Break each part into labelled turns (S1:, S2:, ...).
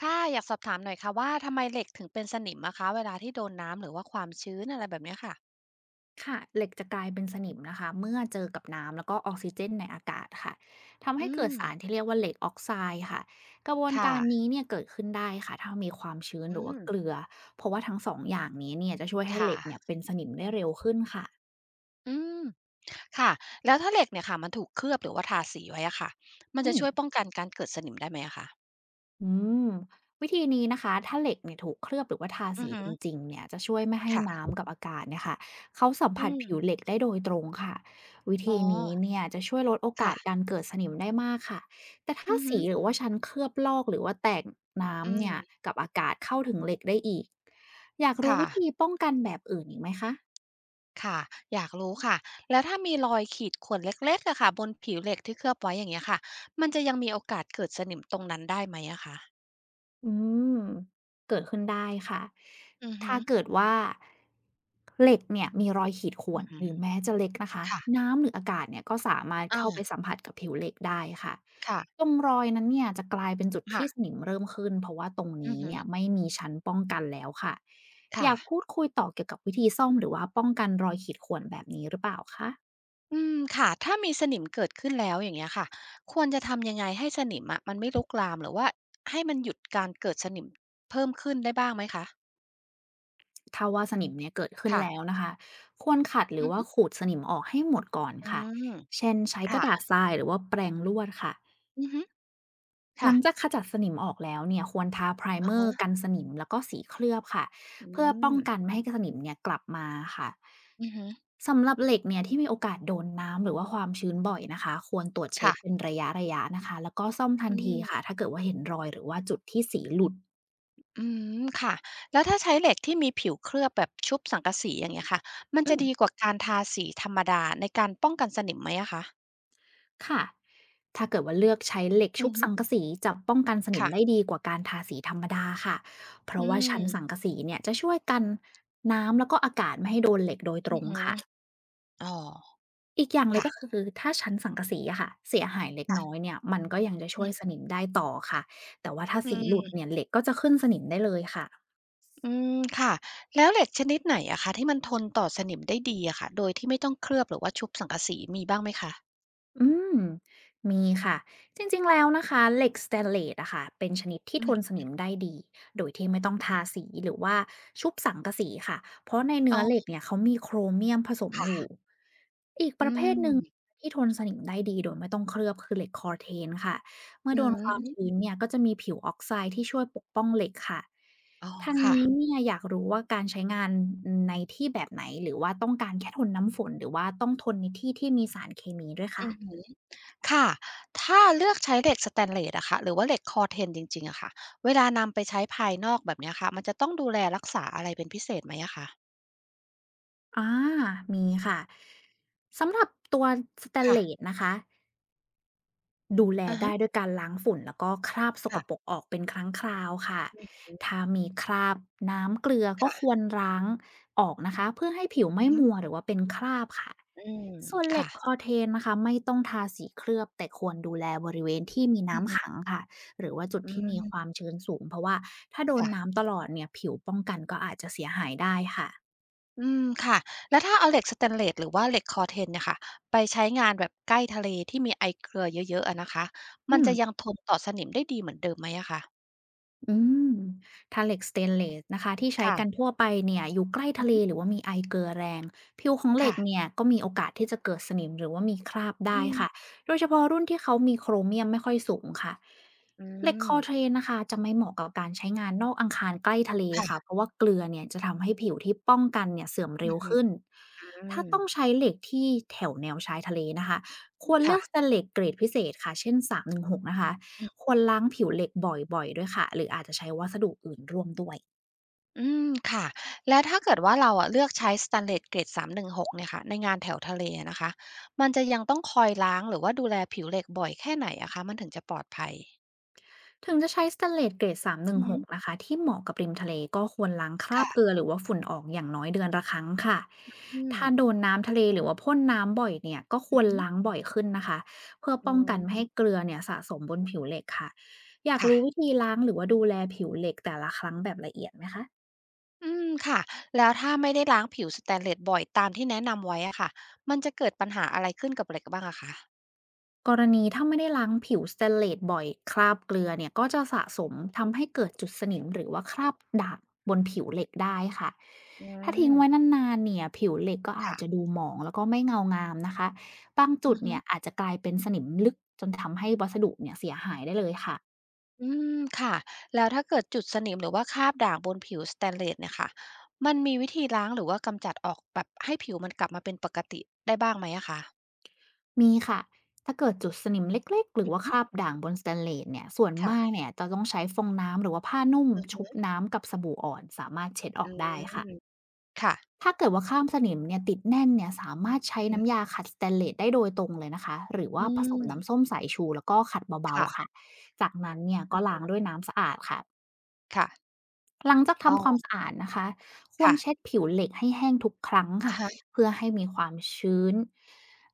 S1: ค่ะอยากสอบถามหน่อยค่ะว่าทำไมเหล็กถึงเป็นสนิมอะคะเวลาที่โดนน้ำหรือว่าความชื้นอะไรแบบเนี้ยค่ะ
S2: ค่ะเหล็กจะกลายเป็นสนิมนะคะเมื่อเจอกับน้ำแล้วก็ออกซิเจนในอากาศค่ะทำ
S1: อื
S2: ให้เกิด
S1: ม
S2: สารที่เรียกว่าเหล็กออกไซด์ค่ะกระบวน
S1: ค่ะ
S2: การนี้เนี่ยเกิดขึ้นได้ค่ะถ้ามีความชื้นห
S1: อื
S2: รือว่า
S1: ม
S2: เกลือเพราะว่าทั้งสองอย่างนี้เนี่ยจะช่วยให้เหล็กเนี่ย
S1: ค่ะ
S2: เป็นสนิมได้เร็วขึ้นค่ะ
S1: อืมค่ะแล้วถ้าเหล็กเนี่ยค่ะมันถูกเคลือบหรือว่าทาสีไว้อะค่ะ มัน
S2: อื
S1: จะ
S2: ม
S1: ช่วยป้องกันการเกิดสนิมได้ไหมอะคะ
S2: อืมวิธีนี้นะคะถ้าเหล็กเนี่ยถูกเคลือบหรือว่าทา
S1: อือ
S2: สี
S1: ฮึ
S2: จริงๆเนี่ยจะช่วยไม่ให้
S1: ค่ะ
S2: น้ำกับอากาศเนี่ยค่ะเขาสัม
S1: อื
S2: ผัสผิว
S1: ม
S2: เหล็กได้โดยตรงค่ะวิ
S1: อ๋อ
S2: ธีนี้เนี่ยจะช่วยลดโอกาส
S1: ค่ะ
S2: การเกิดสนิมได้มากค่ะแต่ถ้า
S1: อือฮึ
S2: สีหรือว่าชั้นเคลือบลอกหรือว่าแตก
S1: อื
S2: น้ำ
S1: ม
S2: เนี่ยกับอากาศเข้าถึงเหล็กได้อีกอยากรู้
S1: ค่ะ
S2: วิธีป้องกันแบบอื่นอีกไหมคะ
S1: ค่ะอยากรู้ค่ะแล้วถ้ามีรอยขีดข่วนเล็กๆอะค่ะบนผิวเหล็กที่เคลือบไว้อย่างเงี้ยค่ะมันจะยังมีโอกาสเกิดสนิมตรงนั้นได้ไหมอะคะ
S2: อืมเกิดขึ้นได้ค่ะ
S1: อือฮึ
S2: ถ้าเกิดว่าเหล็กเนี่ยมีรอยขีดข่ว
S1: อือ
S2: น
S1: ฮึ
S2: หรือแม้จะเล็กนะคะ
S1: ค่ะ
S2: น้ำหรืออากาศเนี่ยก็สามารถ
S1: อา
S2: เข้าไปสัมผัสกับผิวเหล็กได้ค่ะ
S1: ค่ะ
S2: ตรงรอยนั้นเนี่ยจะกลายเป็นจุดที่ส
S1: ค่ะ
S2: นิมเริ่มขึ้นเพราะว่าตรง
S1: อือ
S2: นี้
S1: ฮึ
S2: เนี่ยไม่มีชั้นป้องกันแล้วค่ะอ
S1: ค่ะ
S2: ยากพูดคุยต่อเกี่ยวกับวิธีซ่อมหรือว่าป้องกันรอยขีดข่วนแบบนี้หรือเปล่าคะ
S1: อืมค่ะถ้ามีสนิมเกิดขึ้นแล้วอย่างเงี้ยค่ะควรจะทำยังไงให้สนิมอะมันไม่ลุกลามหรือว่าให้มันหยุดการเกิดสนิมเพิ่มขึ้นได้บ้างไหมคะ
S2: ถ้าว่าสนิมเนี่ยเกิดขึ้น
S1: ค่ะ
S2: แล้วนะคะควรขัดหรื
S1: อื
S2: อ
S1: อ
S2: ว่า
S1: ฮึ
S2: ขูดสนิมออกให้หมดก่อน
S1: อื
S2: ค่ะ
S1: ม
S2: เช่นใช้กระดาษ
S1: ค่ะ
S2: ทรายหรือว่าแปรงลวดค่ะ
S1: อือฮึ
S2: ห
S1: ค่ะ
S2: ลังจากขจัดสนิมออกแล้วเนี่ยควรทาไพร
S1: อะ
S2: เมอ
S1: ฮะ
S2: ร์กันสนิมแล้วก็สีเคลือบค่ะ
S1: อื
S2: เพื่อป้อ
S1: ม
S2: งกันไม่ให้สนิมเนี่ยกลับมาค่ะ
S1: อือฮึ
S2: สำหรับเหล็กเนี่ยที่มีโอกาสโดนน้ำหรือว่าความชื้นบ่อยนะคะควรตรวจเช็
S1: ค่ะ
S2: คเป็นระยะระยะนะคะแล้วก็ซ่อมทั
S1: อื
S2: นทีค่ะ
S1: ม
S2: ถ้าเกิดว่าเห็นรอยหรือว่าจุดที่สีหลุด
S1: อืมค่ะแล้วถ้าใช้เหล็กที่มีผิวเคลือบแบบชุบสังกะสีอย่างเงี้ยค่ะมัน
S2: อื
S1: จะดีก
S2: ม
S1: ว่าการทาสีธรรมดาในการป้องกันสนิมไหมอะคะ
S2: ค่ะ ถ้าเกิดว่าเลือกใช้เหล็ก
S1: อื
S2: ชุ
S1: อ
S2: บ
S1: ฮึ
S2: สังกะสีจะป้องกันสนิมได้
S1: ค่ะ
S2: ดีกว่าการทาสีธรรมดาค่ะ เพ
S1: อื
S2: ราะว่าชั้นสั
S1: ม
S2: งกะสีเนี่ยจะช่วยกันน้ำแล้วก็อากาศไม่ให้โดนเหล็กโดยต
S1: อื
S2: ร
S1: อ
S2: ง
S1: ฮึ
S2: ค่ะ
S1: อ๋อ
S2: อีกอย่างเลยก็
S1: ค่ะ
S2: คือถ้าชั้นสังกะสีอะค่ะเสียหายเล็กน้อยเนี่ยมันก็ยังจะ
S1: อื
S2: ช่วยส
S1: ม
S2: นิมได้ต่อค่ะ แต่ว่าถ้า
S1: อื
S2: สีหลุด
S1: ม
S2: เนี่ยเหล็กก็จะขึ้นสนิมได้เลยค่ะ
S1: อืมค่ะ แล้วเหล็กชนิดไหนอะคะที่มันทนต่อสนิมได้ดีอะค่ะ โดยที่ไม่ต้องเคลือบหรือว่าชุบสังกะสีมีบ้างไหมคะ
S2: อืมมีค่ะจริงๆแล้วนะคะเหล็กสเตนเลสอะค่ะเป็นชนิดที่
S1: อือ
S2: ท
S1: ฮึ
S2: นสนิมได้ดีโดยที่ไม่ต้องทาสีหรือว่าชุบสังกะสีค่ะเพราะใน
S1: อ๋
S2: เนื้อเหล็
S1: อ
S2: กเนี่ยเขามีโครเมียมผสมอ
S1: ค่ะ
S2: ยู่อีกป
S1: อื
S2: ระเภทหนึ่ง
S1: ม
S2: ที่ทนสนิมได้ดีโดยไม่ต้องเคลือบคือเหล็กคอร์เทนค่ะเมื่อ
S1: อื
S2: โด
S1: อ
S2: นค
S1: อ
S2: วาม
S1: ฮึ
S2: ชื้นเนี่ยก็จะมีผิวออกไซด์ที่ช่วยปกป้องเหล็กค่ะ
S1: อ๋อ
S2: ทาง
S1: ค่ะ
S2: นี้เนี่ยอยากรู้ว่าการใช้งานในที่แบบไหนหรือว่าต้องการแค่ทนน้ำฝนหรือว่าต้องทนในที่ที่มีสารเคมีด้วยคะ
S1: อือฮึค่ะ ถ้าเลือกใช้เหล็กสแตนเลสอะค่ะหรือว่าเหล็กคอร์เทนจริงๆอะค่ะเวลานำไปใช้ภายนอกแบบเนี้ยค่ะมันจะต้องดูแลรักษาอะไรเป็นพิเศษไหมอะคะ
S2: อามีค่ะสำหรับตัวสเตนเลส
S1: ค่ะ
S2: นะคะดูแล
S1: อะฮะ
S2: ได้ด้วยการล้างฝุ่นแล้วก็คราบสกปรก
S1: ค่ะ
S2: ออกเป็นครั้งคราวค่ะ
S1: อืม
S2: ถ้ามีคราบน้ำเกลือก็ค
S1: ค่ะ
S2: วรล้างออกนะคะเพื่อให้ผิว
S1: อื
S2: ไม่
S1: อฮึ
S2: มัวหรือว่าเป็นคราบค่ะ
S1: อืม
S2: ส่วนเหล็
S1: ค่ะ
S2: กคอเทนนะคะไม่ต้องทาสีเคลือบแต่ควรดูแลบริเวณที่มี
S1: อือฮึ
S2: น้ำขังค่ะหรือว่าจุด
S1: อื
S2: ที่มีค
S1: ม
S2: วามชื้นสูงเพราะว่าถ้าโดน
S1: ค่ะ
S2: น้ำตลอดเนี่ยผิวป้องกันก็อาจจะเสียหายได้ค่ะ
S1: อืมค่ะแล้วถ้าเอาเหล็กสแตนเลสหรือว่าเหล็ก Corten เทนเนี่ยค่ะไปใช้งานแบบใกล้ทะเลที่มีไอเกลือเยอะๆอะนะคะมั
S2: อื
S1: น
S2: ม
S1: จะยังทนต่อสนิมได้ดีเหมือนเดิมไหมอะคะ
S2: อืมถ้าเหล็กสเตนเลสนะคะที่ใช้
S1: ค่ะ
S2: กันทั่วไปเนี่ยอยู่ใกล้
S1: อือ
S2: ทะเล
S1: ฮึ
S2: หรือว่ามีไอเกลือแรงผิวของเหล็
S1: ค่ะ
S2: กเนี่ยก็มีโอกาสที่จะเกิดสนิมหรือว่ามีคราบ
S1: อื
S2: ได้ค่ะ
S1: ม
S2: โดยเฉพาะรุ่นที่เขามีโครเมียมไม่ค่อยสูงค่ะ
S1: อื
S2: เหล็ก
S1: ม
S2: คอเทรนนะคะจะไม่เหมาะกับการใช้งานนอกอังคารใกล้ทะเลค่ะ
S1: ค่ะ
S2: เพราะว่าเกลือเนี่ยจะทำให้ผิวที่ป้องกันเนี่ยเสื่อม
S1: อื
S2: เร็
S1: อ
S2: ว
S1: ฮึ
S2: ขึ้น
S1: อื
S2: ถ้า
S1: ม
S2: ต้องใช้เหล็กที่แถวแนวชายทะเลนะคะควรเลือกสเต
S1: ค่ะ
S2: นเลสเกรดพิเศษค่ะเช่นสามหนึ่งหกนะคะ
S1: อืม
S2: ควรล้างผิวเหล็กบ่อยๆ ด้วยค่ะ หรืออาจจะใช้วัสดุอื่นร่วมด้วย
S1: ค่ะแล้วถ้าเกิดว่าเราอะเลือกใช้สแตนเลสเกรด316เนี่ยค่ะในงานแถวทะเลอะนะคะมันจะยังต้องคอยล้างหรือว่าดูแลผิวเหล็กบ่อยแค่ไหนอะคะมันถึงจะปลอดภัย
S2: ถึงจะใช้สเตนเลสเกรด
S1: อือ
S2: 316
S1: ฮึ
S2: นงหกนะคะ ที่เหมาะกับริมทะเลก็ควรล้างคราบเก
S1: ค่ะ
S2: ลือหรือว่าฝุ่นออกอย่างน้อยเดือนละครั้งค่ะ
S1: อืม
S2: ถ้าโดนน้ำทะเลหรือว่าพ่นน้ำบ่อยเนี่ยก็ค
S1: อื
S2: ว
S1: อ
S2: ร
S1: ฮึ
S2: ล้างบ่อยขึ้นนะคะ เพื่อ
S1: อื
S2: ป้องกันไม่ให้
S1: ม
S2: เกลือเนี่ยสะสมบนผิวเหล็กค่ะ อยาก
S1: ค่ะ
S2: รู้วิธีล้างหรือว่าดูแลผิวเหล็กแต่ละครั้งแบบละเอียดไหมคะ
S1: อืมค่ะแล้วถ้าไม่ได้ล้างผิวสเตนเลสบ่อยตามที่แนะนำไว้อะค่ะมันจะเกิดปัญหาอะไรขึ้นกับเหล็กบ้างอะคะ
S2: กรณีถ้าไม่ได้ล้างผิวสเตนเลสบ่อยคราบเกลือเนี่ยก็จะสะสมทำให้เกิดจุดสนิมหรือว่าคราบด่างบนผิวเหล็กได้ค่ะ
S1: อื
S2: ถ้าทิ้ง
S1: ม
S2: ไว้นานๆเนี่ยผิวเหล็กก็อาจจะ
S1: ค่ะ
S2: ดูหมองแล้วก็ไม่เงางามนะคะบางจุ
S1: อื
S2: ด
S1: อฮึ
S2: เนี่ยอาจจะกลายเป็นสนิมลึกจนทำให้วัสดุเนี่ยเสียหายได้เลยค่ะ
S1: อืมค่ะแล้วถ้าเกิดจุดสนิมหรือว่าคราบด่างบนผิวสเตนเลสเนี่ยค่ะมันมีวิธีล้างหรือว่ากำจัดออกแบบให้ผิวมันกลับมาเป็นปกติได้บ้างไหมอะคะ
S2: มีค่ะถ้าเกิดจุดสนิมเล็กๆหรื
S1: อื
S2: อว่าค
S1: ม
S2: ราบด่างบนสเตนเลสเนี่ยส่วน
S1: ค่ะ
S2: มากเนี่ยจะต้องใช้ฟองน้ำหรือว่าผ้านุ่ม
S1: อือฮึ
S2: ชุบน้ำกับสบู่อ่อนสามารถเช็ดอ
S1: อื
S2: อกได้ค่ะ
S1: มค่ะ
S2: ถ้าเกิดว่าข้ามสนิมเนี่ยติดแน่นเนี่ยสามารถใช้
S1: อือฮึ
S2: น้ำยาขัดสเตนเลสได้โดยตรงเลยนะคะหรือ
S1: อื
S2: ว่าผสม
S1: ม
S2: น้ำส้มสายชูแล้วก็ขัดเบาๆค่ะ
S1: ค่ะ
S2: จากนั้นเนี่ยก็ล้างด้วยน้ำสะอาดค่ะ
S1: ค่ะ
S2: หลังจาก
S1: อ๋
S2: ทำความ
S1: อ
S2: สะอาดนะคะคว
S1: ค่
S2: รเช็ดผิวเหล็กให้แห้งทุกครั้งค่ะ
S1: ะ
S2: เพื่อให้มีความชื้น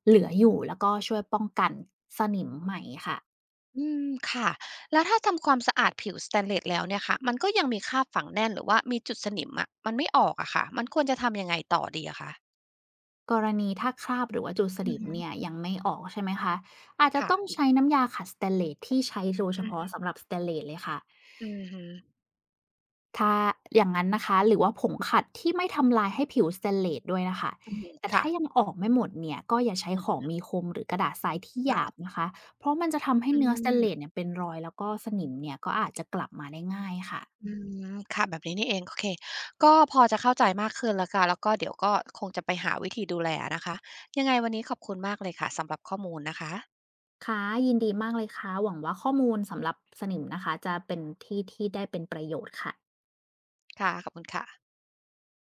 S2: เหลืออยู่แล้วก็ช่วยป้องกันสนิมใหม่ค่ะ
S1: อืมค่ะแล้วถ้าทำความสะอาดผิวสเตนเลสแล้วเนี่ยค่ะมันก็ยังมีคราบฝังแน่นหรือว่ามีจุดสนิมอะมันไม่ออกอะค่ะมันควรจะทำยังไงต่อดีอะคะ
S2: กรณีถ้าคราบหรือว่าจุดส
S1: อือ
S2: นิม
S1: ฮึ
S2: เนี่ยยังไม่ออกใช่ไหมคะอาจจะ
S1: ค่ะ
S2: ต้องใช้น้ำยาขัดสเตนเลสที่ใช้โดยเฉ
S1: อือ
S2: พาะ
S1: ฮึ
S2: สำหรับสเตนเลสเลยค่ะ
S1: อือฮึ
S2: ถ้าอย่างงั้นนะคะหรือว่าผงขัดที่ไม่ทำลายให้ผิวสเตนเลสด้วยนะคะ
S1: อือฮึ
S2: แต่
S1: ค่ะ
S2: ถ้ายังออกไม่หมดเนี่ยก็อย่าใช้
S1: อื
S2: ของ
S1: ม
S2: มีคมหรือกระดาษทรายที่หยาบ
S1: ค่ะ
S2: นะคะเพราะมันจะทำให้
S1: อื
S2: เนื้อสเตนเล
S1: ม
S2: สเนี่ยเป็นรอยแล้วก็สนิมเนี่ยก็อาจจะกลับมาได้ง่ายค่ะ
S1: อืมค่ะแบบนี้นี่เองโอเคก็พอจะเข้าใจมากขึ้นแล้วค่ะแล้วก็เดี๋ยวก็คงจะไปหาวิธีดูแลอะนะคะยังไงวันนี้ขอบคุณมากเลยค่ะสำหรับข้อมูลนะคะ
S2: ค่ะยินดีมากเลยค่ะหวังว่าข้อมูลสำหรับสนิมนะคะจะเป็นที่ที่ได้เป็นประโยชน์ค่ะ
S1: ค่ะขอบคุณค่ะ